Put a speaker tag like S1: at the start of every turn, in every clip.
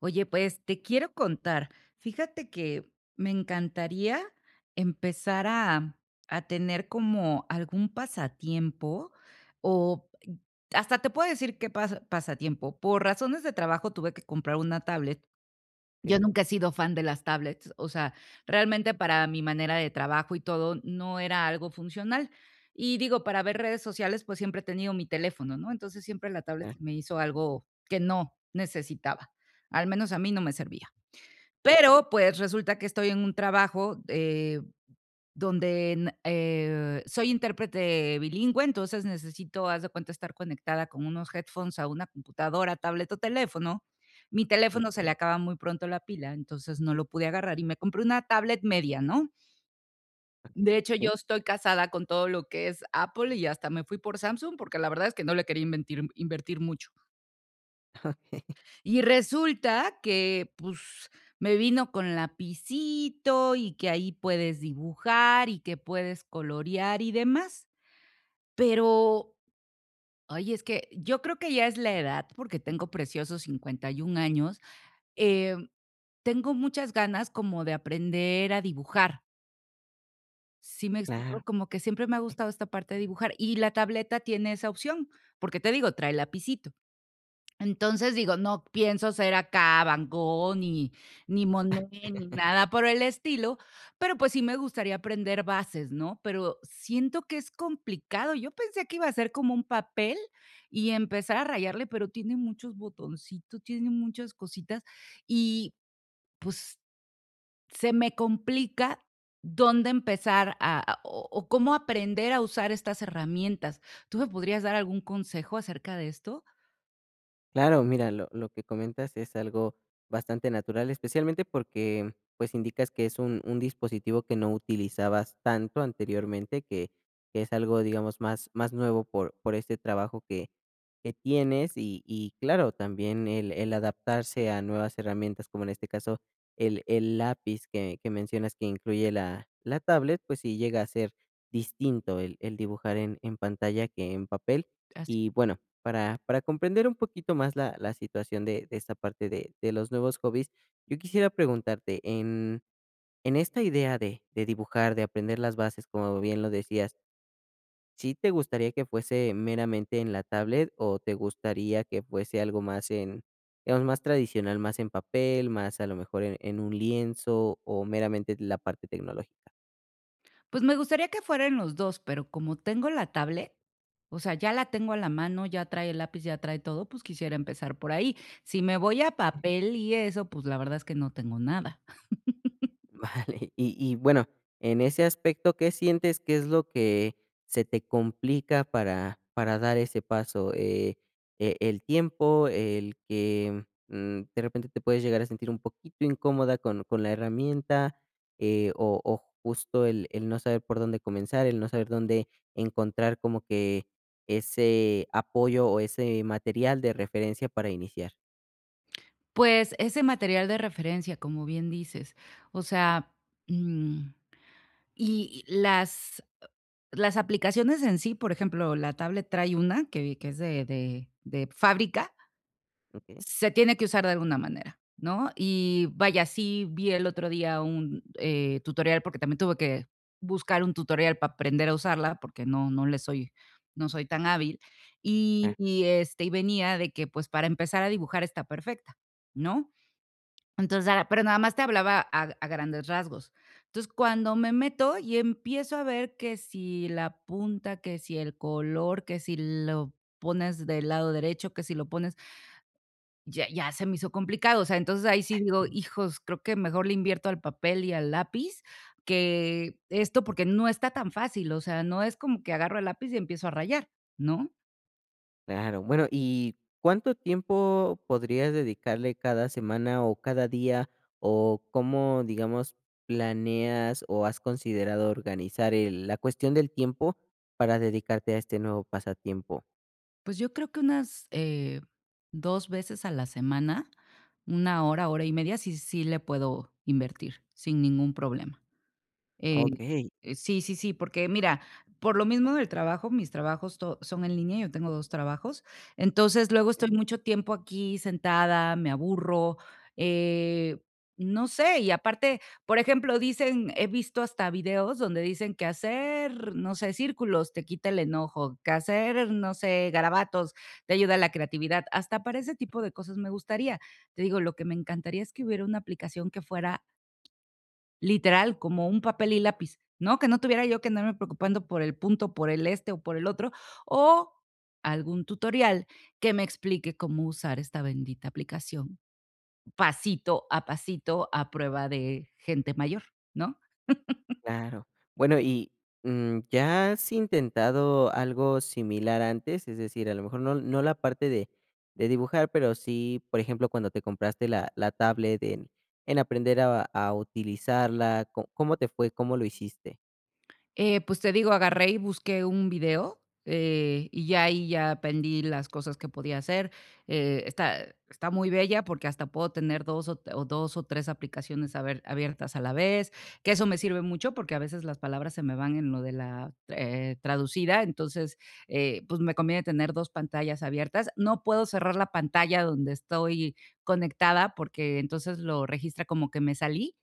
S1: Oye, pues te quiero contar. Fíjate que me encantaría empezar a, a tener como algún pasatiempo o hasta te puedo decir qué pasatiempo. Por razones de trabajo tuve que comprar una tablet. Yo
S2: Okey,
S1: nunca he sido fan de las tablets, o sea, realmente para mi manera de trabajo y todo, no era algo funcional. Y digo, para ver redes sociales, pues siempre he tenido mi teléfono, ¿no? Entonces siempre la tablet
S2: claro,
S1: se me hizo algo que no necesitaba, al menos a mí no me servía.
S2: okey,
S1: Pero, pues, resulta que estoy en un trabajo, donde n soy intérprete bilingüe, entonces necesito, haz de cuenta, estar conectada con unos headphones a una computadora, tablet o teléfono. Mi teléfono se
S2: okey,
S1: le acaba muy pronto la pila, entonces no lo pude agarrar y me compré una tablet media, ¿no?
S2: okey.
S1: De hecho,
S2: Sí,
S1: yo estoy casada con todo lo que es Apple y hasta me fui por Samsung, porque la verdad es que no le quería inventir invertir mucho. Y resulta que, pues, me vino con lapicito y que ahí puedes dibujar y que puedes colorear y demás. Pero, ay, es que yo creo que ya es la edad, porque tengo preciosos 51 años, em, tengo muchas ganas como de aprender a dibujar, ¿sí me
S2: claro.
S1: explico? Como que siempre me ha gustado esta parte de dibujar, y la tableta tiene esa opción, porque te digo, trae lapicito. Entonces, digo, no pienso ser acá Van Gogh, ni Monet, ni nada por el estilo, pero, pues, sí me gustaría aprender bases, ¿no? Pero siento que es complicado. Yo pensé que iba a ser como un papel y empezar a rayarle, pero tiene muchos botoncitos, tiene muchas cositas y, pues, se me complica dónde empezar a o cómo aprender a usar estas herramientas. ¿Tú me podrías dar algún consejo acerca de esto?
S2: Claro, mira, lo que comentas es algo bastante natural, especialmente porque, pues, indicas que es un dispositivo que no utilizabas tanto anteriormente, que es algo, digamos, más nuevo por este trabajo que tienes y claro, también el adaptarse a nuevas herramientas, como en este caso, el lápiz que mencionas que incluye la tablet, pues sí llega a ser distinto el dibujar en pantalla que en papel. Y bueno, para comprender un poquito más la situación de esta parte de los nuevos hobbies, yo quisiera preguntarte, en esta idea de dibujar, de aprender las bases, como bien lo decías, ¿sí te gustaría que fuese meramente en la tablet o te gustaría que fuese algo más en, digamos, más tradicional, más en papel, más a lo mejor en un lienzo o meramente la parte tecnológica?
S1: Pues me gustaría que fueran los 2, pero como tengo la tablet, o sea, ya la tengo a la mano, ya trae el lápiz, ya trae todo, pues quisiera empezar por ahí. Si me voy a papel y eso, pues la verdad es que no tengo nada.
S2: Vale, y bueno, en ese aspecto, ¿qué sientes que es lo que se te complica para dar ese paso? E el tiempo, el que, de repente te puedes llegar a sentir un poquito incómoda con la herramienta, o justo el no saber por dónde comenzar, el no saber dónde encontrar como que ese apoyo o ese material de referencia para iniciar.
S1: Pues ese material de referencia, como bien dices, o sea, mm, y las aplicaciones en sí, por ejemplo, la tablet trae una que es de de fábrica.
S2: ¿Okey?
S1: Se tiene que usar de alguna manera, ¿no? Y vaya, sí vi el otro día un, tutorial, porque también tuve que buscar un tutorial para aprender a usarla, porque no le soy no soy tan hábil. Y este, y venía de que, pues, para empezar a dibujar está perfecta, ¿no? Entonces, ah, pero nada más te hablaba a grandes rasgos. Entonces, cuando me meto y empiezo a ver que si la punta, que si el color, que si lo pones del lado derecho, que si lo pones ya se me hizo complicado, o sea, entonces ahí sí digo: "Hijos, creo que mejor le invierto al papel y al lápiz que esto", porque no está tan fácil, o sea, no es como que agarro el lápiz y empiezo a rayar, ¿no?
S2: Claro. Bueno, ¿y cuánto tiempo podrías dedicarle cada semana o cada día? ¿O cómo, digamos, planeas o has considerado organizar la cuestión del tiempo para dedicarte a este nuevo pasatiempo?
S1: Pues yo creo que unas, 2 veces a la semana, una hora, hora y media, sí le puedo invertir sin ningún problema. Eh,
S2: Ok.
S1: sí, sí, sí, porque mira, por lo mismo del trabajo, mis trabajos to son en línea, yo tengo 2 trabajos, entonces luego estoy mucho tiempo aquí sentada, me aburro, eh, no sé, y aparte, por ejemplo, dicen, he visto hasta videos donde dicen que hacer, no sé, círculos te quita el enojo, que hacer, no sé, garabatos te ayuda a la creatividad, hasta para ese tipo de cosas me gustaría. Te digo, lo que me encantaría es que hubiera una aplicación que fuera literal, como un papel y lápiz, ¿no? Que no tuviera yo que andarme preocupando por el punto, por el este o por el otro, o algún tutorial que me explique cómo usar esta bendita aplicación pasito a pasito a prueba de gente mayor, ¿no?
S2: Claro. Bueno, y, ¿ya has intentado algo similar antes? Es decir, a lo mejor no la parte de dibujar, pero sí, por ejemplo, cuando te compraste la tablet en aprender a utilizarla, ¿có cómo te fue? ¿Cómo lo hiciste?
S1: Pues, te digo, agarré y busqué un video, y ya ahí ya aprendí las cosas que podía hacer. Está muy bella porque hasta puedo tener 2 o t- o 2 o 3 aplicaciones abiertas a la vez, que eso me sirve mucho porque a veces las palabras se me van en lo de la, traducida, entonces, pues, me conviene tener 2 pantallas abiertas. No puedo cerrar la pantalla donde estoy conectada porque entonces lo registra como que me salí,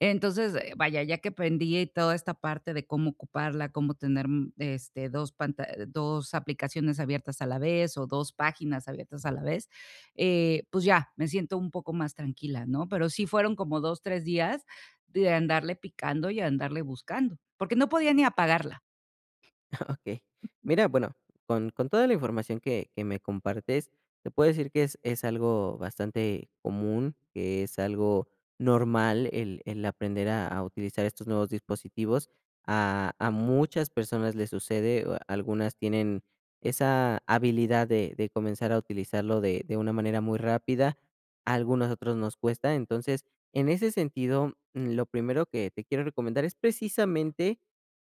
S1: entonces, vaya, ya que aprendí toda esta parte de cómo ocuparla, cómo tener, 2 panta 2 aplicaciones abiertas a la vez o 2 páginas abiertas a la vez, pues ya, me siento un poco más tranquila, ¿no? Pero sí fueron como 2, 3 días de andarle picando y andarle buscando, porque no podía ni apagarla.
S2: Ok, mira, bueno, con toda la información que me compartes, te puedo decir que es algo bastante común, que es algo normal el aprender a utilizar estos nuevos dispositivos. A muchas personas les sucede, o algunas tienen esa habilidad de comenzar a utilizarlo de una manera muy rápida, a algunos otros nos cuesta. Entonces, en ese sentido, lo primero que te quiero recomendar es precisamente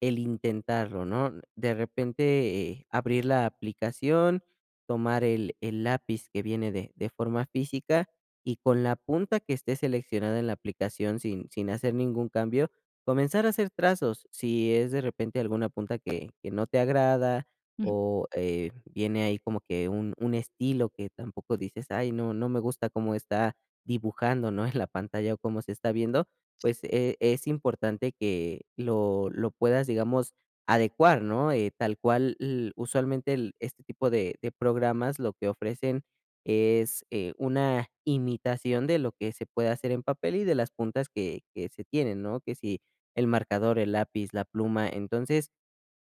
S2: el intentarlo, ¿no? De repente abrir la aplicación, tomar el lápiz que viene de forma física y con la punta que esté seleccionada en la aplicación sin hacer ningún cambio, comenzar a hacer trazos. Si es de repente alguna punta que no te agrada
S1: Ujú,
S2: o viene ahí como que un estilo que tampoco dices, ay, no, no me gusta cómo está dibujando, ¿no? En la pantalla o cómo se está viendo, pues, es importante que lo puedas, digamos, adecuar, ¿no? Tal cual, l usualmente el este tipo de programas lo que ofrecen es, una imitación de lo que se puede hacer en papel y de las puntas que se tienen, ¿no? Que si el marcador, el lápiz, la pluma. Entonces,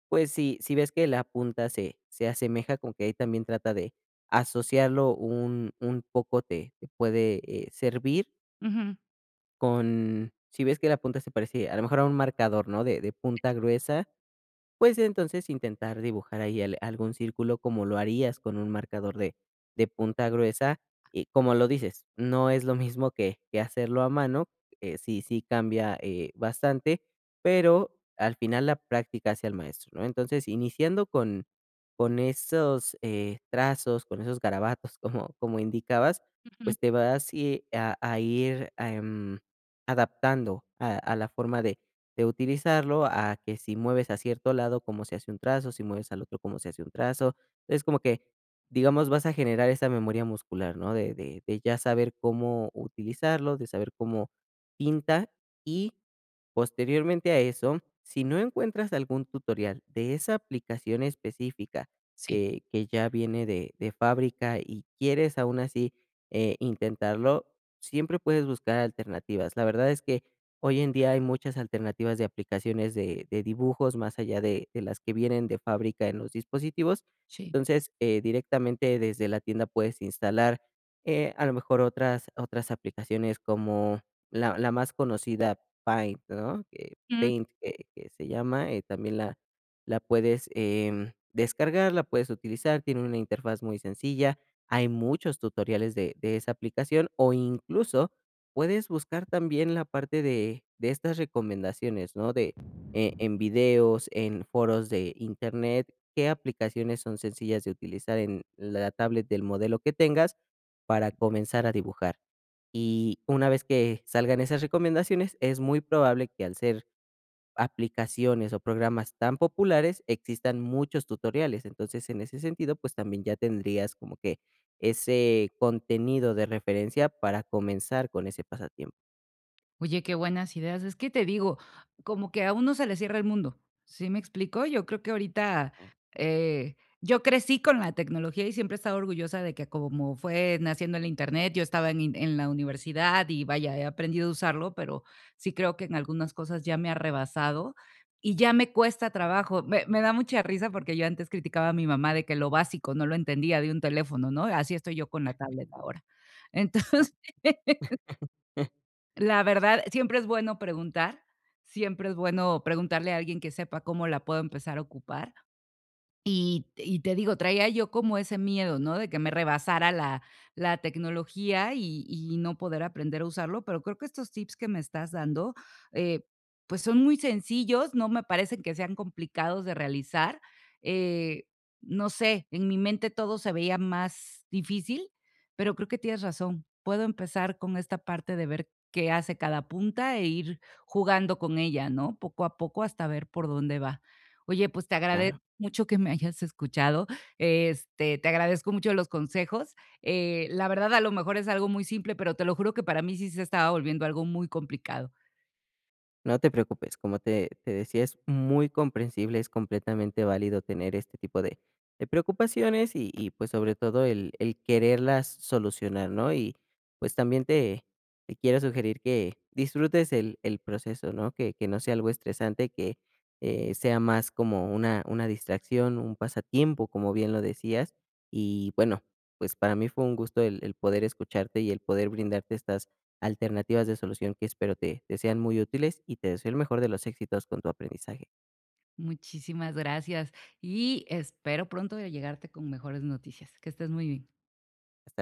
S2: pues, si ves que la punta se asemeja, con que ahí también trata de asociarlo un poco te puede, servir.
S1: ujú,
S2: Con si ves que la punta se parece, a lo mejor, a un marcador, ¿no? De punta gruesa, pues, entonces, intentar dibujar ahí al algún círculo como lo harías con un marcador de punta gruesa, y como lo dices, no es lo mismo que hacerlo a mano, sí cambia, bastante, pero al final la práctica hace al maestro, ¿no? Entonces, iniciando con esos, trazos, con esos garabatos, como como indicabas,
S1: ujú.
S2: pues, te vas y a ir, adaptando a la forma de utilizarlo, a que si mueves a cierto lado, cómo se hace un trazo, si mueves al otro, cómo se hace un trazo. Es como que, digamos, vas a generar esa memoria muscular, ¿no? De ya saber cómo utilizarlo, de saber cómo pinta, y posteriormente a eso, si no encuentras algún tutorial de esa aplicación específica
S1: Sí,
S2: que ya viene de fábrica y quieres aún así intentarlo, siempre puedes buscar alternativas. La verdad es que hoy en día hay muchas alternativas de aplicaciones de dibujos, más allá de las que vienen de fábrica en los dispositivos.
S1: sí.
S2: Entonces, directamente desde la tienda puedes instalar, a lo mejor otras aplicaciones como la más conocida, Paint, ¿no? Que Paint, que se llama, también la puedes, descargar, la puedes utilizar, tiene una interfaz muy sencilla. Hay muchos tutoriales de esa aplicación, o incluso puedes buscar también la parte de estas recomendaciones, ¿no? De, en videos, en foros de Internet, qué aplicaciones son sencillas de utilizar en la tablet del modelo que tengas para comenzar a dibujar. Y una vez que salgan esas recomendaciones, es muy probable que al ser aplicaciones o programas tan populares, existan muchos tutoriales. Entonces, en ese sentido, pues también ya tendrías como que ese contenido de referencia para comenzar con ese pasatiempo.
S1: Oye, qué buenas ideas. Es que te digo, como que a uno se le cierra el mundo, ¿sí me explico? Yo creo que ahorita, eh, yo crecí con la tecnología y siempre he estado orgullosa de que como fue naciendo el Internet, yo estaba en la universidad y vaya, he aprendido a usarlo, pero sí creo que en algunas cosas ya me ha rebasado y ya me cuesta trabajo. Me da mucha risa porque yo antes criticaba a mi mamá de que lo básico no lo entendía de un teléfono, ¿no? Así estoy yo con la tablet ahora.
S2: Exacto.
S1: Entonces... La verdad, siempre es bueno preguntar, siempre es bueno preguntarle a alguien que sepa cómo la puedo empezar a ocupar. Y te digo, traía yo como ese miedo, ¿no? De que me rebasara la tecnología y no poder aprender a usarlo, pero creo que estos tips que me estás dando, eh, pues, son muy sencillos, no me parecen que sean complicados de realizar. Eh, no sé, en mi mente todo se veía más difícil, pero creo que tienes razón. Puedo empezar con esta parte de ver qué hace cada punta e ir jugando con ella, ¿no? Poco a poco hasta ver por dónde va. Oye, pues, te
S2: Claro,
S1: agradezco mucho que me hayas escuchado, este, te agradezco mucho los consejos. La verdad, a lo mejor es algo muy simple, pero te lo juro que para mí sí se estaba volviendo algo muy complicado.
S2: no te preocupes, como te decía, es muy comprensible, es completamente válido tener este tipo de preocupaciones y, pues sobre todo el quererlas solucionar, ¿no? Y pues también te quiero sugerir que disfrutes el proceso, ¿no? Que no sea algo estresante, que sea más como una distracción, un pasatiempo, como bien lo decías. Y bueno, pues para mí fue un gusto el poder escucharte y el poder brindarte estas alternativas de solución que espero te sean muy útiles y te deseo el mejor de los éxitos con tu aprendizaje.
S1: Muchísimas gracias y espero pronto llegarte con mejores noticias. Que estés muy bien.
S2: Hasta luego.